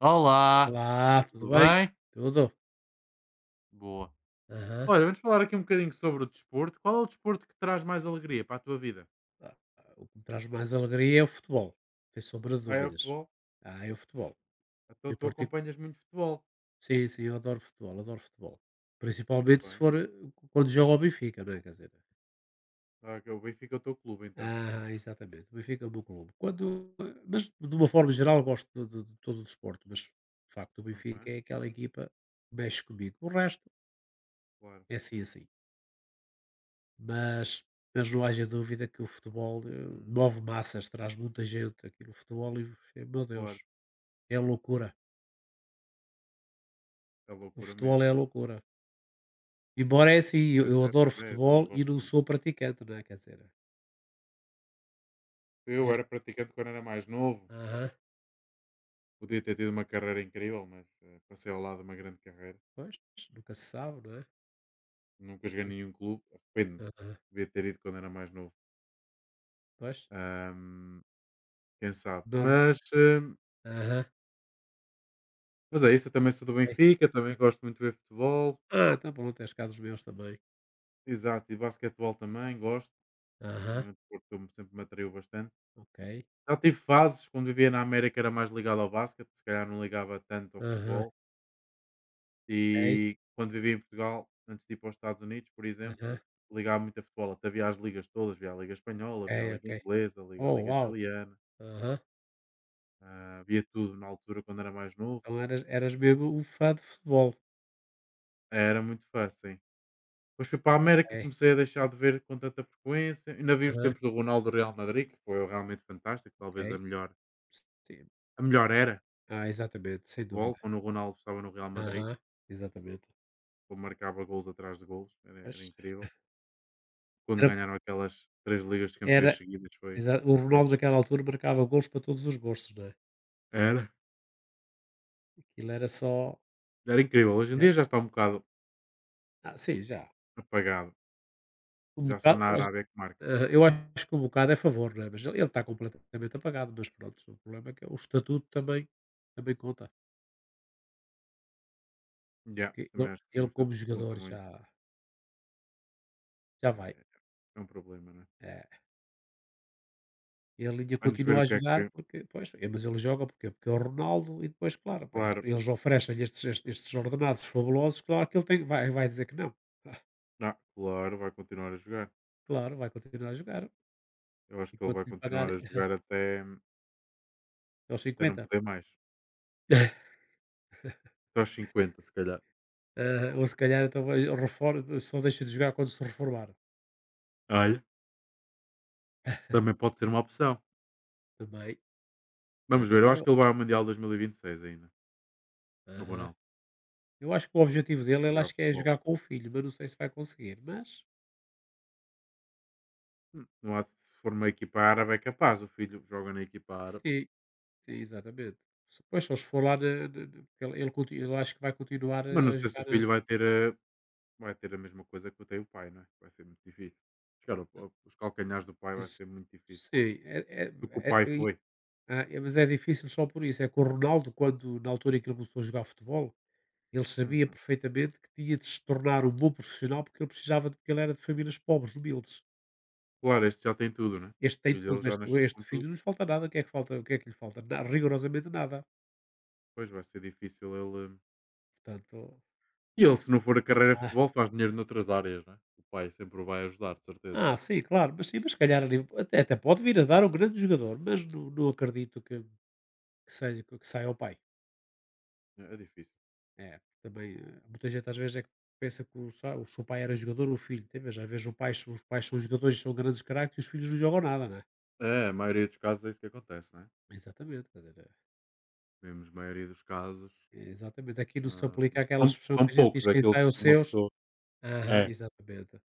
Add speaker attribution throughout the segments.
Speaker 1: Olá,
Speaker 2: Olá, tudo
Speaker 1: tudo
Speaker 2: bem?
Speaker 1: bem?
Speaker 2: Tudo?
Speaker 1: Boa.
Speaker 2: Aham.
Speaker 1: Olha, vamos falar aqui um bocadinho sobre o desporto. Qual é o desporto que traz mais alegria para a tua vida?
Speaker 2: O que me traz mais alegria é o futebol, sem sombra de
Speaker 1: Ah, é o
Speaker 2: dúvidas.
Speaker 1: futebol?
Speaker 2: Ah, é o futebol.
Speaker 1: Então
Speaker 2: Eu
Speaker 1: tu
Speaker 2: particu
Speaker 1: acompanhas muito futebol.
Speaker 2: Sim, sim, eu adoro futebol, adoro futebol.
Speaker 1: Muito
Speaker 2: Principalmente se
Speaker 1: bem.
Speaker 2: for, quando joga o Benfica, não é, quer dizer.
Speaker 1: Ah, ok, o Benfica é o teu clube, então.
Speaker 2: Aham, exatamente, o Benfica é o meu clube. Mas de uma forma geral gosto de todo o desporto, mas de facto o
Speaker 1: Ok,
Speaker 2: Benfica é aquela equipa que mexe comigo. O resto
Speaker 1: claro.
Speaker 2: é assim, assim. Mas, mas não haja dúvida que o futebol
Speaker 1: Hum,
Speaker 2: move massas, traz muita gente aqui no futebol e, meu
Speaker 1: claro.
Speaker 2: Deus, é loucura.
Speaker 1: É
Speaker 2: O
Speaker 1: loucura
Speaker 2: futebol
Speaker 1: mesmo,
Speaker 2: é
Speaker 1: né?
Speaker 2: loucura. Embora é assim, eu, eu adoro
Speaker 1: Pois é, eu também
Speaker 2: futebol e
Speaker 1: gosto
Speaker 2: não
Speaker 1: muito.
Speaker 2: sou praticante, não é? Quer dizer,
Speaker 1: Eu era
Speaker 2: mesmo.
Speaker 1: praticante quando era mais novo.
Speaker 2: Aham,
Speaker 1: Podia ter tido uma carreira incrível, mas passei ao lado de uma grande carreira.
Speaker 2: pois, nunca se sabe, não é?
Speaker 1: Nunca joguei em
Speaker 2: Isso.
Speaker 1: nenhum clube. Arrependo-me.
Speaker 2: Aham,
Speaker 1: Devia ter ido quando era mais novo.
Speaker 2: pois,
Speaker 1: Ahm, quem sabe.
Speaker 2: norma.
Speaker 1: Hum,
Speaker 2: Aham,
Speaker 1: Mas é isso, eu também sou do
Speaker 2: ok.
Speaker 1: Benfica, também gosto muito de ver futebol.
Speaker 2: Ah, então pronto, és cá dos meus também.
Speaker 1: Exato, e basquetebol também gosto,
Speaker 2: Aham,
Speaker 1: também é um desporto que eu sempre me atraiu bastante.
Speaker 2: ok.
Speaker 1: Já tive fases, quando vivia na América era mais ligado ao basquete, se calhar não ligava tanto ao
Speaker 2: Aham,
Speaker 1: futebol.
Speaker 2: ok.
Speaker 1: E quando vivia em Portugal, antes de ir para os Estados Unidos, por
Speaker 2: Aham,
Speaker 1: exemplo, ligava muito a futebol. Até via as ligas todas, via a Liga Espanhola,
Speaker 2: ok,
Speaker 1: via a Liga
Speaker 2: ok.
Speaker 1: Inglesa, via a
Speaker 2: Oh,
Speaker 1: Liga
Speaker 2: uau.
Speaker 1: Italiana,
Speaker 2: Aham.
Speaker 1: via tudo na altura quando era mais novo.
Speaker 2: Então eras, eras mesmo um fã de futebol.
Speaker 1: Era muito fácil. Depois fui para a América,
Speaker 2: É.
Speaker 1: comecei a deixar de ver com tanta frequência. Ainda vi os
Speaker 2: Aham,
Speaker 1: tempos do Ronaldo do Real Madrid, que foi realmente fantástico, talvez a
Speaker 2: ok.
Speaker 1: melhor,
Speaker 2: Sim.
Speaker 1: a melhor era de
Speaker 2: Ah, exatamente, sem
Speaker 1: futebol,
Speaker 2: dúvida.
Speaker 1: quando o Ronaldo estava no Real Madrid,
Speaker 2: Aham. Exatamente.
Speaker 1: como marcava gols atrás de gols, era
Speaker 2: Mas
Speaker 1: incrível. Quando
Speaker 2: era
Speaker 1: ganharam aquelas três ligas de
Speaker 2: era
Speaker 1: campeões seguidas foi
Speaker 2: exa o
Speaker 1: surreal.
Speaker 2: Ronaldo naquela altura marcava gols para todos os gostos, não é.
Speaker 1: Era,
Speaker 2: Aquilo era só
Speaker 1: era incrível. Hoje em
Speaker 2: é.
Speaker 1: dia já está um bocado
Speaker 2: Ah, sim, já.
Speaker 1: apagado.
Speaker 2: Um
Speaker 1: Já só
Speaker 2: bocado
Speaker 1: na
Speaker 2: eu acho
Speaker 1: Arábia que marca.
Speaker 2: Aham, eu acho que um bocado é favor, não é, mas ele está completamente apagado, mas pronto, o problema é que o estatuto também também conta,
Speaker 1: Já,
Speaker 2: porque ele
Speaker 1: também acho que sim,
Speaker 2: ele
Speaker 1: o
Speaker 2: como
Speaker 1: estatuto conta
Speaker 2: jogador já
Speaker 1: muito.
Speaker 2: já
Speaker 1: Já,
Speaker 2: vai.
Speaker 1: já, já. É um problema, não é?
Speaker 2: É. E a linha
Speaker 1: Vamos ver
Speaker 2: continua
Speaker 1: o
Speaker 2: a
Speaker 1: que é
Speaker 2: jogar
Speaker 1: que.
Speaker 2: porque pois, é mas ele joga porque. Porque é o Ronaldo e depois, claro, pá, eles
Speaker 1: Claro,
Speaker 2: eles oferecem estes ordenados fabulosos, claro que ele tem, vai, vai dizer que não.
Speaker 1: claro, vai continuar a jogar.
Speaker 2: Claro, vai continuar a jogar
Speaker 1: Eu acho que ele
Speaker 2: enquanto
Speaker 1: vai
Speaker 2: lhe pagar
Speaker 1: continuar a jogar até,
Speaker 2: até aos
Speaker 1: até não
Speaker 2: cinquenta.
Speaker 1: poder mais. Até aos 50, se calhar.
Speaker 2: Ah, ou se calhar então, reforma, só deixa de jogar quando se reformar.
Speaker 1: Olha, também pode ser uma opção.
Speaker 2: Também, né,
Speaker 1: Vamos ver, eu
Speaker 2: também.
Speaker 1: acho que ele vai ao Mundial 2026 ainda, no
Speaker 2: Aham.
Speaker 1: Ronaldo,
Speaker 2: Eu acho que o objetivo dele, ele
Speaker 1: jogar
Speaker 2: acho que é
Speaker 1: futebol.
Speaker 2: jogar com o filho, mas não sei se vai conseguir. Mas
Speaker 1: Não há, se for uma equipa árabe é capaz, o filho joga na equipa árabe.
Speaker 2: sim, sim, exatamente. Pois só se for lá, porque ele, ele acho que vai continuar
Speaker 1: Mas não
Speaker 2: a
Speaker 1: sei se
Speaker 2: jogar,
Speaker 1: o filho vai ter a mesma coisa que tem o pai, não é? Vai ser muito difícil. Chegar os calcanhares do pai vai
Speaker 2: Esse
Speaker 1: ser muito difícil.
Speaker 2: sim, é
Speaker 1: Do que o pai
Speaker 2: é e
Speaker 1: foi.
Speaker 2: ah, é mas é difícil só por isso, é que o Ronaldo quando na altura em que ele começou a jogar futebol, ele sabia
Speaker 1: Uhum.
Speaker 2: perfeitamente que tinha de se tornar um bom profissional, porque ele precisava de porque ele era de famílias pobres, humildes.
Speaker 1: Claro, este já tem tudo, né?
Speaker 2: Este
Speaker 1: O
Speaker 2: tem
Speaker 1: filho
Speaker 2: tudo,
Speaker 1: ele já
Speaker 2: este
Speaker 1: nasceu
Speaker 2: este
Speaker 1: com tudo.
Speaker 2: filho não lhe falta nada, o que é que falta o que é que lhe falta? Na rigorosamente nada.
Speaker 1: Pois vai ser difícil ele.
Speaker 2: Portanto
Speaker 1: E ele, se não for a carreira de
Speaker 2: ah
Speaker 1: futebol, faz dinheiro noutras áreas, né? O pai sempre o vai ajudar, de certeza, né?
Speaker 2: sim, claro, mas sim, mas se calhar a nível até até pode vir a dar um grande jogador, mas não acredito que que saia ao pai.
Speaker 1: É difícil.
Speaker 2: É, também, muita gente às vezes é que pensa que o, o seu pai era jogador ou o filho, tem, mas às vezes o pai, os pais são jogadores, são grandes craques e os filhos não jogam nada, né?
Speaker 1: É, a maioria dos casos é isso que acontece, né?
Speaker 2: Exatamente, quer dizer, é-
Speaker 1: Vemos a maioria dos casos.
Speaker 2: é? Exatamente, aqui não se
Speaker 1: ah,
Speaker 2: aplica aquela
Speaker 1: são,
Speaker 2: expressão
Speaker 1: são
Speaker 2: que a gente diz,
Speaker 1: poucos
Speaker 2: quem sai
Speaker 1: aqueles
Speaker 2: é
Speaker 1: que
Speaker 2: os
Speaker 1: uma
Speaker 2: seus.
Speaker 1: pessoa.
Speaker 2: Aham,
Speaker 1: É.
Speaker 2: exatamente,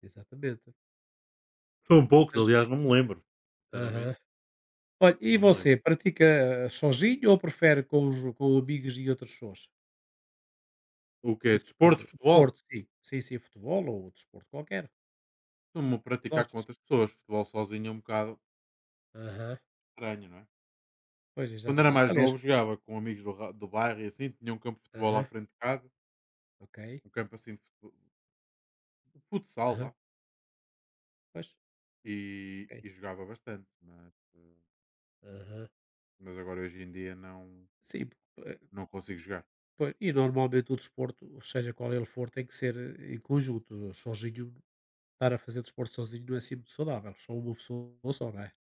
Speaker 2: exatamente.
Speaker 1: São poucos,
Speaker 2: Mas,
Speaker 1: aliás, não me lembro. Sinceramente,
Speaker 2: aham. Olha, e
Speaker 1: não me
Speaker 2: você,
Speaker 1: lembro.
Speaker 2: pratica sozinho ou prefere com, os, com amigos e outras pessoas?
Speaker 1: O que é? Desporto,
Speaker 2: O
Speaker 1: futebol?
Speaker 2: desporto, sim, sem ser futebol ou o desporto qualquer,
Speaker 1: Costumo praticar com
Speaker 2: gostes?
Speaker 1: outras pessoas. Futebol sozinho é um bocado
Speaker 2: Aham,
Speaker 1: estranho, não é?
Speaker 2: pois,
Speaker 1: Quando era
Speaker 2: exatamente.
Speaker 1: mais
Speaker 2: Aliás,
Speaker 1: novo, jogava com amigos do bairro e assim. Tinha um campo de futebol à
Speaker 2: aham,
Speaker 1: frente de casa.
Speaker 2: ok.
Speaker 1: Um campo assim de futsal,
Speaker 2: Aham.
Speaker 1: vá.
Speaker 2: Pois,
Speaker 1: E,
Speaker 2: ok.
Speaker 1: e jogava bastante, mas, eh,
Speaker 2: Aham.
Speaker 1: mas agora hoje em dia não,
Speaker 2: Sim, eh,
Speaker 1: não consigo jogar.
Speaker 2: pois, e normalmente o desporto, seja qual ele for, tem que ser em conjunto. Sozinho, estar a fazer desporto sozinho não é assim muito saudável. Só uma pessoa só, não é?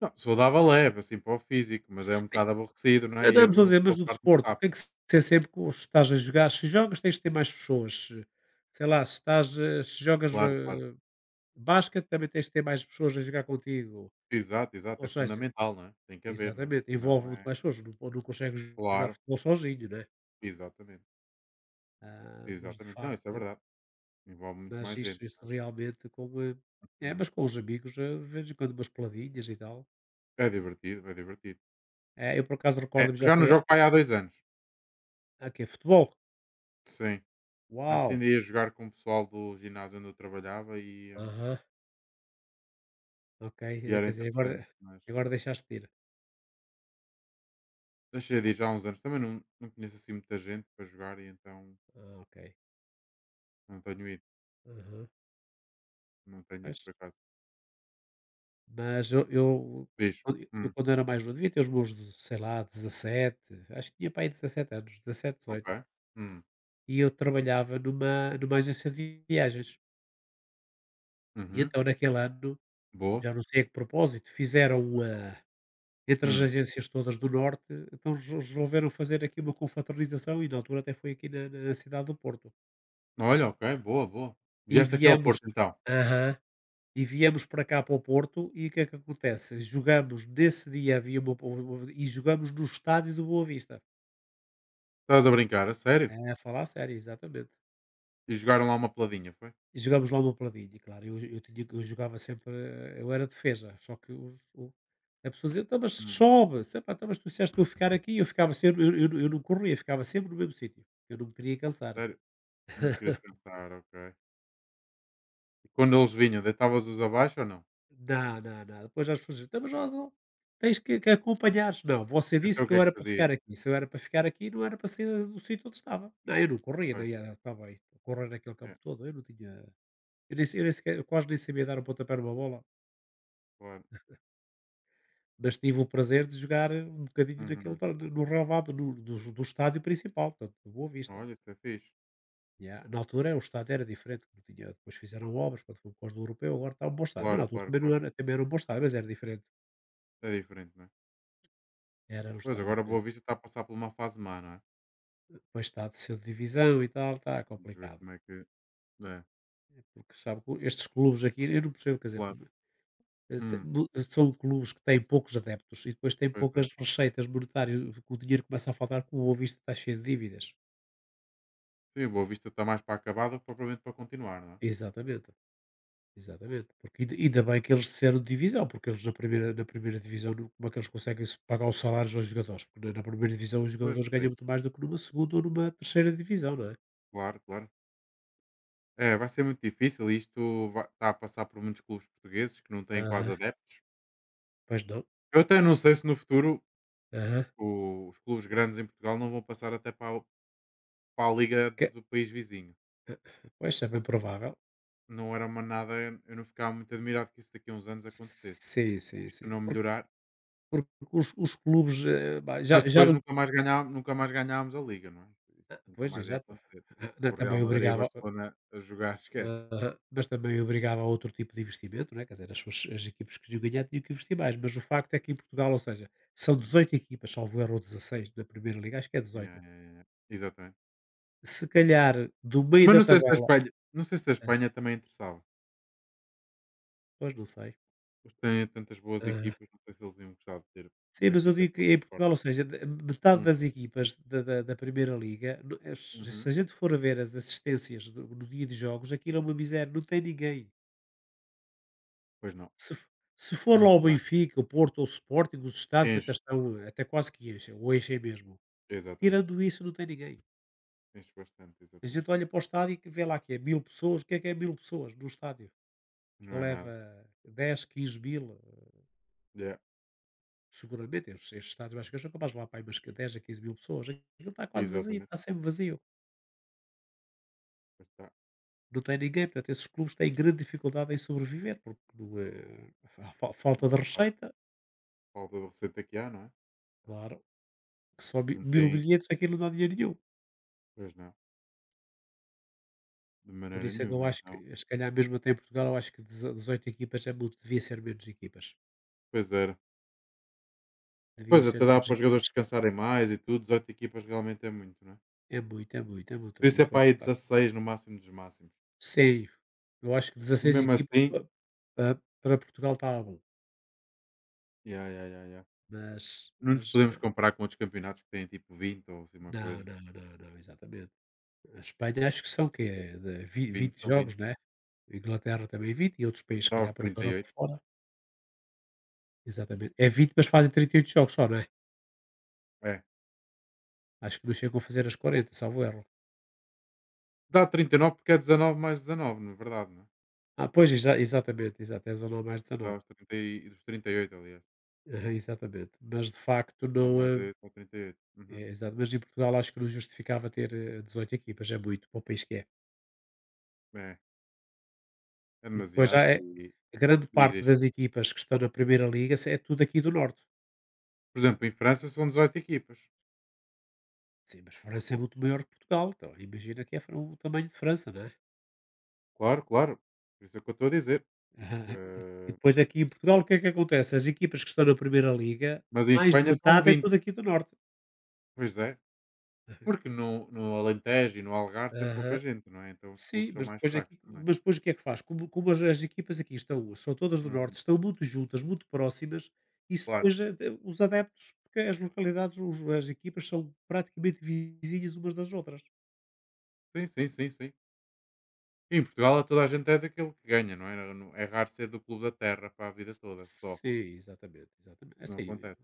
Speaker 1: Não, se vou dar leve, assim, para o físico, mas é um
Speaker 2: Sim.
Speaker 1: bocado aborrecido, não é? E eu
Speaker 2: Andamos a
Speaker 1: uma
Speaker 2: dizer, mas
Speaker 1: pessoa
Speaker 2: o
Speaker 1: farta-se
Speaker 2: desporto tem que
Speaker 1: rápido.
Speaker 2: ser sempre com. Se estás a jogar, se jogas, tens de ter mais pessoas. Sei lá, se estás. eh, Se jogas
Speaker 1: Claro, claro.
Speaker 2: eh, basquete, também tens de ter mais pessoas a jogar contigo.
Speaker 1: Exato, exato.
Speaker 2: Ou
Speaker 1: É
Speaker 2: seja,
Speaker 1: fundamental, não é? Tem que haver, não é?
Speaker 2: exatamente, envolve
Speaker 1: Não
Speaker 2: muito
Speaker 1: é?
Speaker 2: mais pessoas. Não, não consegues jogar
Speaker 1: Claro,
Speaker 2: futebol sozinho, né?
Speaker 1: exatamente.
Speaker 2: Ah, mas de
Speaker 1: Exatamente. Não, isso é
Speaker 2: facto.
Speaker 1: verdade. Envolve muito
Speaker 2: Mas
Speaker 1: mais gente,
Speaker 2: isso
Speaker 1: não
Speaker 2: isso
Speaker 1: é?
Speaker 2: realmente com, é,
Speaker 1: Hum.
Speaker 2: mas com os amigos, de vez em quando umas peladinhas e tal.
Speaker 1: É divertido, é divertido.
Speaker 2: É, eu por acaso
Speaker 1: É,
Speaker 2: recordo-me já
Speaker 1: já não
Speaker 2: foi
Speaker 1: jogo para aí há 2 anos.
Speaker 2: a quê? Futebol?
Speaker 1: Sim. Antes
Speaker 2: Uau!
Speaker 1: ainda ia jogar com o pessoal do ginásio onde eu trabalhava e, hum,
Speaker 2: Aham, ok.
Speaker 1: e
Speaker 2: Ainda
Speaker 1: era
Speaker 2: quer dizer, agora
Speaker 1: interessante, mas.
Speaker 2: agora deixaste de ir.
Speaker 1: Deixei de ir já há uns anos. Também não, não conheço assim muita gente para jogar e então
Speaker 2: Ah, ok.
Speaker 1: não tenho ido.
Speaker 2: Aham.
Speaker 1: Não tenho ido
Speaker 2: Mas
Speaker 1: por acaso.
Speaker 2: mas eu
Speaker 1: Diz.
Speaker 2: Quando eu
Speaker 1: Hum,
Speaker 2: quando era mais novo, devia ter os meus, de sei lá, 17 acho que tinha para aí 17 anos, 17 18,
Speaker 1: ok. Hum,
Speaker 2: e eu trabalhava numa agência de viagens. E
Speaker 1: uhum,
Speaker 2: então naquele ano,
Speaker 1: boa.
Speaker 2: já não sei a que propósito, fizeram uma. Entre as
Speaker 1: Hum.
Speaker 2: agências todas do norte, então resolveram fazer aqui uma confraternização e na altura até foi aqui na na cidade do Porto.
Speaker 1: Olha, ok, boa, boa.
Speaker 2: E
Speaker 1: Vieste aqui ao
Speaker 2: viemos
Speaker 1: Porto então.
Speaker 2: aham, e viemos para cá para o Porto e o que é que acontece? Jogamos nesse dia havia uma e jogamos no estádio do Boa Vista.
Speaker 1: Estás a brincar, a sério?
Speaker 2: É, a falar sério, exatamente.
Speaker 1: E jogaram lá uma peladinha, foi?
Speaker 2: E jogámos lá uma peladinha, claro, eu tinha eu jogava sempre, eu era defesa, só que os o a pessoa dizia: "Então, mas
Speaker 1: Hum,
Speaker 2: sobe", disse: "Epá, então, mas tu disseste para eu ficar aqui", eu ficava sempre eu não corria, ficava sempre no mesmo sítio, eu não me queria cansar.
Speaker 1: sério? Não te querias cansar, ok. E quando eles vinham, deitavas-os abaixo ou não?
Speaker 2: Dá, dá, dá. Depois as pessoas dizem: "Então, mas ó, tens que acompanhares". Não, você disse
Speaker 1: Então o
Speaker 2: que
Speaker 1: que
Speaker 2: eu
Speaker 1: é que
Speaker 2: era para
Speaker 1: fazias?
Speaker 2: ficar aqui. Se eu era para ficar aqui, não era para sair do sítio onde estava. Não, eu não corria,
Speaker 1: Pois,
Speaker 2: nem era estava aí a correr naquele campo
Speaker 1: é,
Speaker 2: todo. Eu não tinha eu nem sei eu nem sequer eu quase nem sabia dar um pontapé numa bola,
Speaker 1: claro.
Speaker 2: mas tive o prazer de jogar um bocadinho naquele
Speaker 1: Uhum.
Speaker 2: tal no relvado no do estádio principal, portanto, do Boa Vista.
Speaker 1: Olha, isso é fixe.
Speaker 2: Yeah. Na altura o estádio era diferente, não tinha depois fizeram obras, quando foi por causa do europeu, agora está um bom estádio. Mas na
Speaker 1: Claro,
Speaker 2: altura
Speaker 1: claro,
Speaker 2: também não
Speaker 1: claro.
Speaker 2: era também era um bom estádio, mas era diferente.
Speaker 1: É diferente, não é?
Speaker 2: Era um
Speaker 1: Pois,
Speaker 2: estádio
Speaker 1: agora a Boa
Speaker 2: diferente.
Speaker 1: Vista está a passar por uma fase má, não é?
Speaker 2: Pois está de descer divisão e tal, está
Speaker 1: Vamos ver
Speaker 2: complicado.
Speaker 1: como é que. É,
Speaker 2: Porque sabe que estes clubes aqui, eu não percebo, quer dizer,
Speaker 1: claro. Hum,
Speaker 2: são clubes que têm poucos adeptos e depois têm
Speaker 1: pois
Speaker 2: poucas
Speaker 1: é.
Speaker 2: receitas monetárias, que o dinheiro começa a faltar, como o visto está cheio de dívidas.
Speaker 1: Sim, o Boa Vista está mais para acabar do que propriamente para continuar, não é?
Speaker 2: Exatamente, exatamente. Porque ainda ainda bem que eles desceram de divisão, porque eles na primeira divisão, como é que eles conseguem se pagar os salários aos jogadores? Porque na na primeira divisão os
Speaker 1: Pois,
Speaker 2: jogadores
Speaker 1: não
Speaker 2: ganham
Speaker 1: tem.
Speaker 2: muito mais do que numa segunda ou numa terceira divisão, não é?
Speaker 1: Claro, claro. É, vai ser muito difícil e isto está a passar por muitos clubes portugueses que não têm
Speaker 2: Aham,
Speaker 1: quase adeptos.
Speaker 2: pois não.
Speaker 1: Eu até não sei se no futuro
Speaker 2: Aham.
Speaker 1: os clubes grandes em Portugal não vão passar até para a, liga do,
Speaker 2: Que-
Speaker 1: do país vizinho.
Speaker 2: pois é bem provável.
Speaker 1: Não era uma nada, eu não ficava muito admirado que isso daqui a uns anos acontecesse.
Speaker 2: Sim, sim,
Speaker 1: Isto
Speaker 2: sim.
Speaker 1: não
Speaker 2: Porque
Speaker 1: melhorar.
Speaker 2: porque os clubes, pá,
Speaker 1: Mas
Speaker 2: já
Speaker 1: depois
Speaker 2: não
Speaker 1: nunca mais ganhámos a Liga, não é? Isso. Nunca
Speaker 2: pois,
Speaker 1: mais ia
Speaker 2: exato.
Speaker 1: acontecer.
Speaker 2: Não,
Speaker 1: Com o Real
Speaker 2: também
Speaker 1: Madrid e
Speaker 2: obrigava
Speaker 1: Barcelona a jogar, esquece.
Speaker 2: aham, mas também obrigava a outro tipo de investimento, né, quer dizer, as suas as equipas que queriam ganhar tinham que investir mais, mas o facto é que em Portugal, ou seja, são
Speaker 1: Uhum.
Speaker 2: 18 equipas, salvo erro, ou 16 da Primeira Liga, acho que é
Speaker 1: Yeah,
Speaker 2: 18.
Speaker 1: yeah, yeah, yeah. Exatamente.
Speaker 2: Se calhar, do meio
Speaker 1: Mas
Speaker 2: da
Speaker 1: não sei se a
Speaker 2: tabela
Speaker 1: Espanha não sei se a
Speaker 2: ah,
Speaker 1: Espanha também interessava.
Speaker 2: pois não sei.
Speaker 1: Eles têm tantas boas
Speaker 2: eh,
Speaker 1: equipas, não sei se eles iam gostar de ter o
Speaker 2: Sim, mas eu
Speaker 1: Benfica,
Speaker 2: digo
Speaker 1: Porto
Speaker 2: que
Speaker 1: e
Speaker 2: em
Speaker 1: Sporting.
Speaker 2: Portugal, ou seja, metade
Speaker 1: Hum,
Speaker 2: das equipas da Primeira Liga, se se
Speaker 1: uhum.
Speaker 2: a gente for a ver as assistências no dia de jogos, aquilo é uma miséria, não tem ninguém.
Speaker 1: Pois não,
Speaker 2: Se, f- Se
Speaker 1: é
Speaker 2: for lá
Speaker 1: muito
Speaker 2: o
Speaker 1: fraco.
Speaker 2: Benfica, o Porto ou o Sporting, os estádios até
Speaker 1: Enche,
Speaker 2: estão, até quase que enchem, ou enchem mesmo.
Speaker 1: exatamente.
Speaker 2: Tirando isso, não tem ninguém.
Speaker 1: Enche bastante,
Speaker 2: A gente
Speaker 1: exatamente.
Speaker 2: olha para o estádio e que vê lá que é mil pessoas, o que é mil pessoas no estádio? Que
Speaker 1: Não é nada.
Speaker 2: leva 10, 15 mil,
Speaker 1: Yeah,
Speaker 2: seguramente, estes estes estádios acho que eu sou capaz de lá para aí umas que 10 a 15 mil pessoas. Aquilo está quase vazio,
Speaker 1: exatamente.
Speaker 2: está sempre vazio.
Speaker 1: Pois está.
Speaker 2: Não tem ninguém, portanto, esses clubes têm grande dificuldade em sobreviver, porque não é a fa falta de
Speaker 1: Claro,
Speaker 2: receita,
Speaker 1: falta de receita que há, não é?
Speaker 2: claro, que só mi
Speaker 1: Não
Speaker 2: mil
Speaker 1: tem,
Speaker 2: bilhetes aquilo não dá dinheiro nenhum.
Speaker 1: pois não, de
Speaker 2: Por
Speaker 1: maneira
Speaker 2: isso é que eu
Speaker 1: nenhuma,
Speaker 2: acho
Speaker 1: então.
Speaker 2: que, se calhar mesmo até em Portugal, eu acho que deze 18 equipas é muito, devia ser menos equipas,
Speaker 1: Pois era.
Speaker 2: deviam
Speaker 1: Pois,
Speaker 2: ser
Speaker 1: até dá
Speaker 2: menos
Speaker 1: para os jogadores
Speaker 2: equipas.
Speaker 1: descansarem mais e tudo. 18 equipas realmente é muito, não é?
Speaker 2: É muito, é muito, é
Speaker 1: Por
Speaker 2: muito. E
Speaker 1: isso é
Speaker 2: depois,
Speaker 1: para aí
Speaker 2: claro
Speaker 1: 16 no máximo dos máximos.
Speaker 2: sim, eu acho que
Speaker 1: E
Speaker 2: 16
Speaker 1: mesmo
Speaker 2: equipas
Speaker 1: assim,
Speaker 2: pa pa para Portugal estava bom,
Speaker 1: yeah, yeah, yeah, yeah,
Speaker 2: mas
Speaker 1: não nos podemos comparar com outros campeonatos que têm tipo 20 ou assim uma
Speaker 2: não,
Speaker 1: coisa.
Speaker 2: não, não, não, exatamente. A Espanha acho que são o quê? De vi
Speaker 1: 20,
Speaker 2: vinte
Speaker 1: são
Speaker 2: jogos,
Speaker 1: 20.
Speaker 2: né? A Inglaterra também é 20 e outros países, se
Speaker 1: Dá
Speaker 2: calhar,
Speaker 1: aos
Speaker 2: por esta Europa
Speaker 1: 38.
Speaker 2: fora. Exatamente. É 20 mas fazem 38 jogos só, não é?
Speaker 1: É.
Speaker 2: Acho que não chegam a fazer as 40, salvo erro.
Speaker 1: Dá 39 porque é 19 mais 19, na verdade, não é?
Speaker 2: Ah, pois, exatamente, exato, é 19 mais
Speaker 1: Dá
Speaker 2: 19.
Speaker 1: aos 30 e, dos 38, aliás.
Speaker 2: Aham, exatamente. Mas, de facto,
Speaker 1: 19
Speaker 2: não
Speaker 1: mais
Speaker 2: é,
Speaker 1: 18 ou 38.
Speaker 2: é,
Speaker 1: Uhum.
Speaker 2: exato. Mas em Portugal acho que não justificava ter, 18 equipas, é muito, para o país que é.
Speaker 1: É. É
Speaker 2: E depois já
Speaker 1: demasiado.
Speaker 2: é,
Speaker 1: E,
Speaker 2: a grande
Speaker 1: e
Speaker 2: parte
Speaker 1: existe.
Speaker 2: das equipas que estão na Primeira Liga é tudo aqui do Norte.
Speaker 1: Por exemplo, em França são 18 equipas.
Speaker 2: Sim, mas França é muito maior que Portugal, então imagina que é o tamanho de França, não é?
Speaker 1: Claro, claro. Por isso é o que eu estou a dizer.
Speaker 2: Aham. E
Speaker 1: Eh,
Speaker 2: depois aqui em Portugal o que é que acontece? As equipas que estão na primeira liga,
Speaker 1: Mas em
Speaker 2: mais de
Speaker 1: Espanha são
Speaker 2: metade é
Speaker 1: 20.
Speaker 2: tudo aqui do norte.
Speaker 1: Pois é, porque no Alentejo e no Algarve tem pouca
Speaker 2: Aham.
Speaker 1: gente, não é? Então os
Speaker 2: Sim.
Speaker 1: clubes são
Speaker 2: Mas
Speaker 1: mais
Speaker 2: depois
Speaker 1: fracos
Speaker 2: aqui
Speaker 1: também.
Speaker 2: mas depois o que é que faz? Como como as equipas aqui estão são todas do norte,
Speaker 1: Uhum,
Speaker 2: estão muito juntas, muito próximas, isso
Speaker 1: claro.
Speaker 2: depois a de os adeptos porque as localidades, os as equipas são praticamente vizinhas umas das outras.
Speaker 1: Sim, sim, sim, sim. E em Portugal toda a gente é daquele que ganha, não é? Não é raro ser do clube da terra para a vida toda, só.
Speaker 2: Sim, exatamente, exatamente. É
Speaker 1: Não
Speaker 2: assim,
Speaker 1: acontece.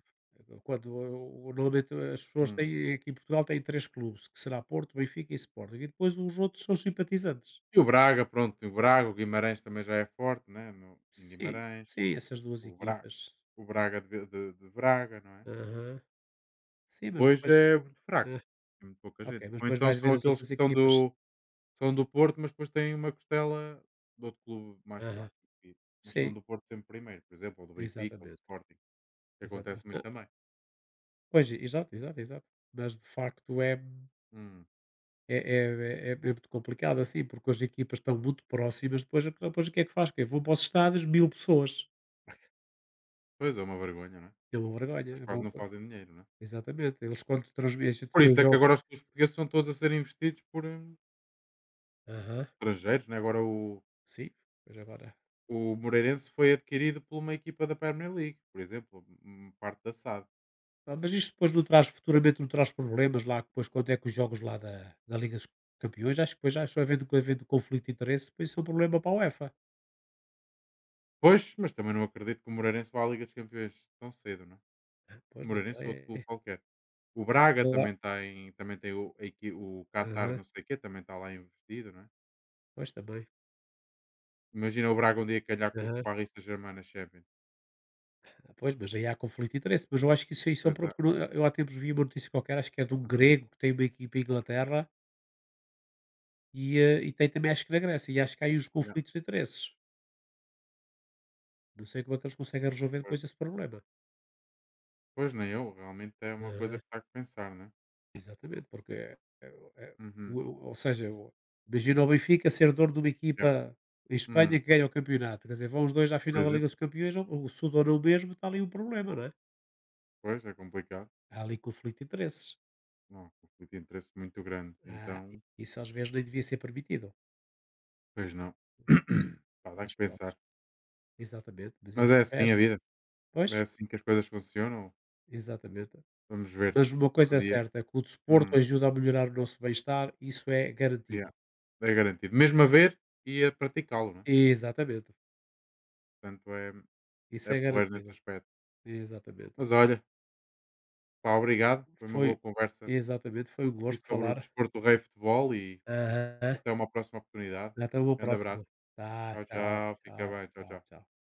Speaker 2: eu quando eu normalmente as pessoas
Speaker 1: Hum.
Speaker 2: têm, aqui em Portugal têm três clubes, que será Porto, Benfica e Sporting, e depois os outros são simpatizantes.
Speaker 1: E o Braga, pronto, o Braga, o Guimarães também já é forte, né? No, em
Speaker 2: Sim,
Speaker 1: Guimarães,
Speaker 2: sim, essas duas
Speaker 1: o Braga,
Speaker 2: equipas.
Speaker 1: o Braga de Braga, não é?
Speaker 2: Aham. Sim, mas
Speaker 1: Hoje
Speaker 2: depois,
Speaker 1: é muito fraco,
Speaker 2: ah,
Speaker 1: tem muito pouca gente.
Speaker 2: ok, mas
Speaker 1: Ou
Speaker 2: depois
Speaker 1: então
Speaker 2: vais
Speaker 1: são
Speaker 2: ver as
Speaker 1: aqueles
Speaker 2: outras
Speaker 1: que são
Speaker 2: equipas.
Speaker 1: do São do Porto, mas depois têm uma costela de outro clube mais
Speaker 2: Aham.
Speaker 1: fraco. E- Mas são
Speaker 2: Sim,
Speaker 1: do Porto sempre primeiro, por exemplo, ou do Benfica, ou do
Speaker 2: exatamente,
Speaker 1: Sporting, que acontece
Speaker 2: exatamente.
Speaker 1: muito também.
Speaker 2: Pois, exato, exato, exato. Mas de facto é.
Speaker 1: Hum,
Speaker 2: É, é, é, é muito complicado assim, porque as equipas estão muito próximas, depois, depois o que é que faz? Que vão para os estádios mil pessoas.
Speaker 1: Pois é, uma vergonha, né?
Speaker 2: É uma
Speaker 1: Mas
Speaker 2: vergonha. Vão,
Speaker 1: quase não fazem dinheiro, né?
Speaker 2: exatamente. Eles quando transmitem, a gente
Speaker 1: Por
Speaker 2: vê os
Speaker 1: isso é que
Speaker 2: jogos.
Speaker 1: agora os clubes portugueses são todos a ser investidos por
Speaker 2: Aham.
Speaker 1: estrangeiros, né? Agora
Speaker 2: Sim, mas agora.
Speaker 1: o Moreirense foi adquirido por uma equipa da Premier League, por exemplo, parte da SAD.
Speaker 2: Ah, mas isto depois não traz, futuramente não traz problemas lá, depois quando é que os jogos lá da Liga dos Campeões, acho que depois já só havendo, havendo conflito de interesse, depois isso é um problema para a UEFA.
Speaker 1: Pois, mas também não acredito que o Moreirense vá à Liga dos Campeões tão cedo, né? O
Speaker 2: Pois não
Speaker 1: Moreirense ou outro clube
Speaker 2: sei.
Speaker 1: qualquer. O Braga
Speaker 2: Lá,
Speaker 1: também está em também tem o a equi o Qatar
Speaker 2: aham.
Speaker 1: não sei o quê, também está lá investido, não é.
Speaker 2: Pois também.
Speaker 1: Imagina o Braga um dia calhar com o
Speaker 2: Aham.
Speaker 1: Paris Saint-Germain na Champions.
Speaker 2: Pois, mas aí há conflito de interesse. Mas eu acho que isso aí são
Speaker 1: Pois é.
Speaker 2: porque eu há tempos vi uma notícia qualquer, acho que é de um
Speaker 1: Uhum.
Speaker 2: grego que tem uma equipa em Inglaterra e, e tem também acho que na Grécia. E acho que há aí os
Speaker 1: Yeah,
Speaker 2: conflitos de interesses. Não sei como é que eles conseguem resolver
Speaker 1: pois.
Speaker 2: depois esse problema.
Speaker 1: Pois, nem eu, realmente é uma coisa
Speaker 2: Aham,
Speaker 1: que dá que pensar, né.
Speaker 2: exatamente, porque é-
Speaker 1: Uhum.
Speaker 2: ou seja, imagina o Benfica ser dono de uma
Speaker 1: Yeah.
Speaker 2: equipa em
Speaker 1: Hum.
Speaker 2: Espanha que ganha o campeonato. Quer dizer, vão os dois à
Speaker 1: Por
Speaker 2: final da Liga dos
Speaker 1: exemplo.
Speaker 2: Campeões, se o dono é o mesmo, está ali um problema, não é?
Speaker 1: Pois, é complicado.
Speaker 2: Há ali conflito de interesses.
Speaker 1: Não, conflito de interesse muito grande,
Speaker 2: Ah,
Speaker 1: então.
Speaker 2: isso às vezes nem devia ser permitido.
Speaker 1: Pois não. Pá, dá
Speaker 2: Mas
Speaker 1: que
Speaker 2: pronto.
Speaker 1: pensar.
Speaker 2: Exatamente, mas
Speaker 1: Mas
Speaker 2: eles
Speaker 1: é assim a
Speaker 2: investem.
Speaker 1: vida, é
Speaker 2: Pois,
Speaker 1: assim que as coisas funcionam.
Speaker 2: exatamente.
Speaker 1: Vamos ver
Speaker 2: Mas uma coisa
Speaker 1: um
Speaker 2: é
Speaker 1: dia.
Speaker 2: certa, que o desporto
Speaker 1: Hum,
Speaker 2: ajuda a melhorar o nosso bem-estar, isso é
Speaker 1: yeah,
Speaker 2: garantido.
Speaker 1: é garantido. Mesmo a ver e a praticá-lo, né?
Speaker 2: Exatamente,
Speaker 1: Portanto, é,
Speaker 2: isso
Speaker 1: é
Speaker 2: é
Speaker 1: porreiro nesse
Speaker 2: garantido.
Speaker 1: aspecto.
Speaker 2: Exatamente.
Speaker 1: Mas olha, pá, obrigado. Foi uma boa
Speaker 2: Foi
Speaker 1: conversa
Speaker 2: exatamente, foi um
Speaker 1: aqui
Speaker 2: gosto
Speaker 1: sobre o
Speaker 2: falar.
Speaker 1: desporto do rei futebol e
Speaker 2: Aham.
Speaker 1: até uma próxima oportunidade.
Speaker 2: Até uma
Speaker 1: Grande
Speaker 2: próxima.
Speaker 1: abraço.
Speaker 2: Tá,
Speaker 1: Tchau,
Speaker 2: tchau,
Speaker 1: tchau. Fica
Speaker 2: tchau,
Speaker 1: bem. Tchau,
Speaker 2: tchau,
Speaker 1: tchau.
Speaker 2: tchau.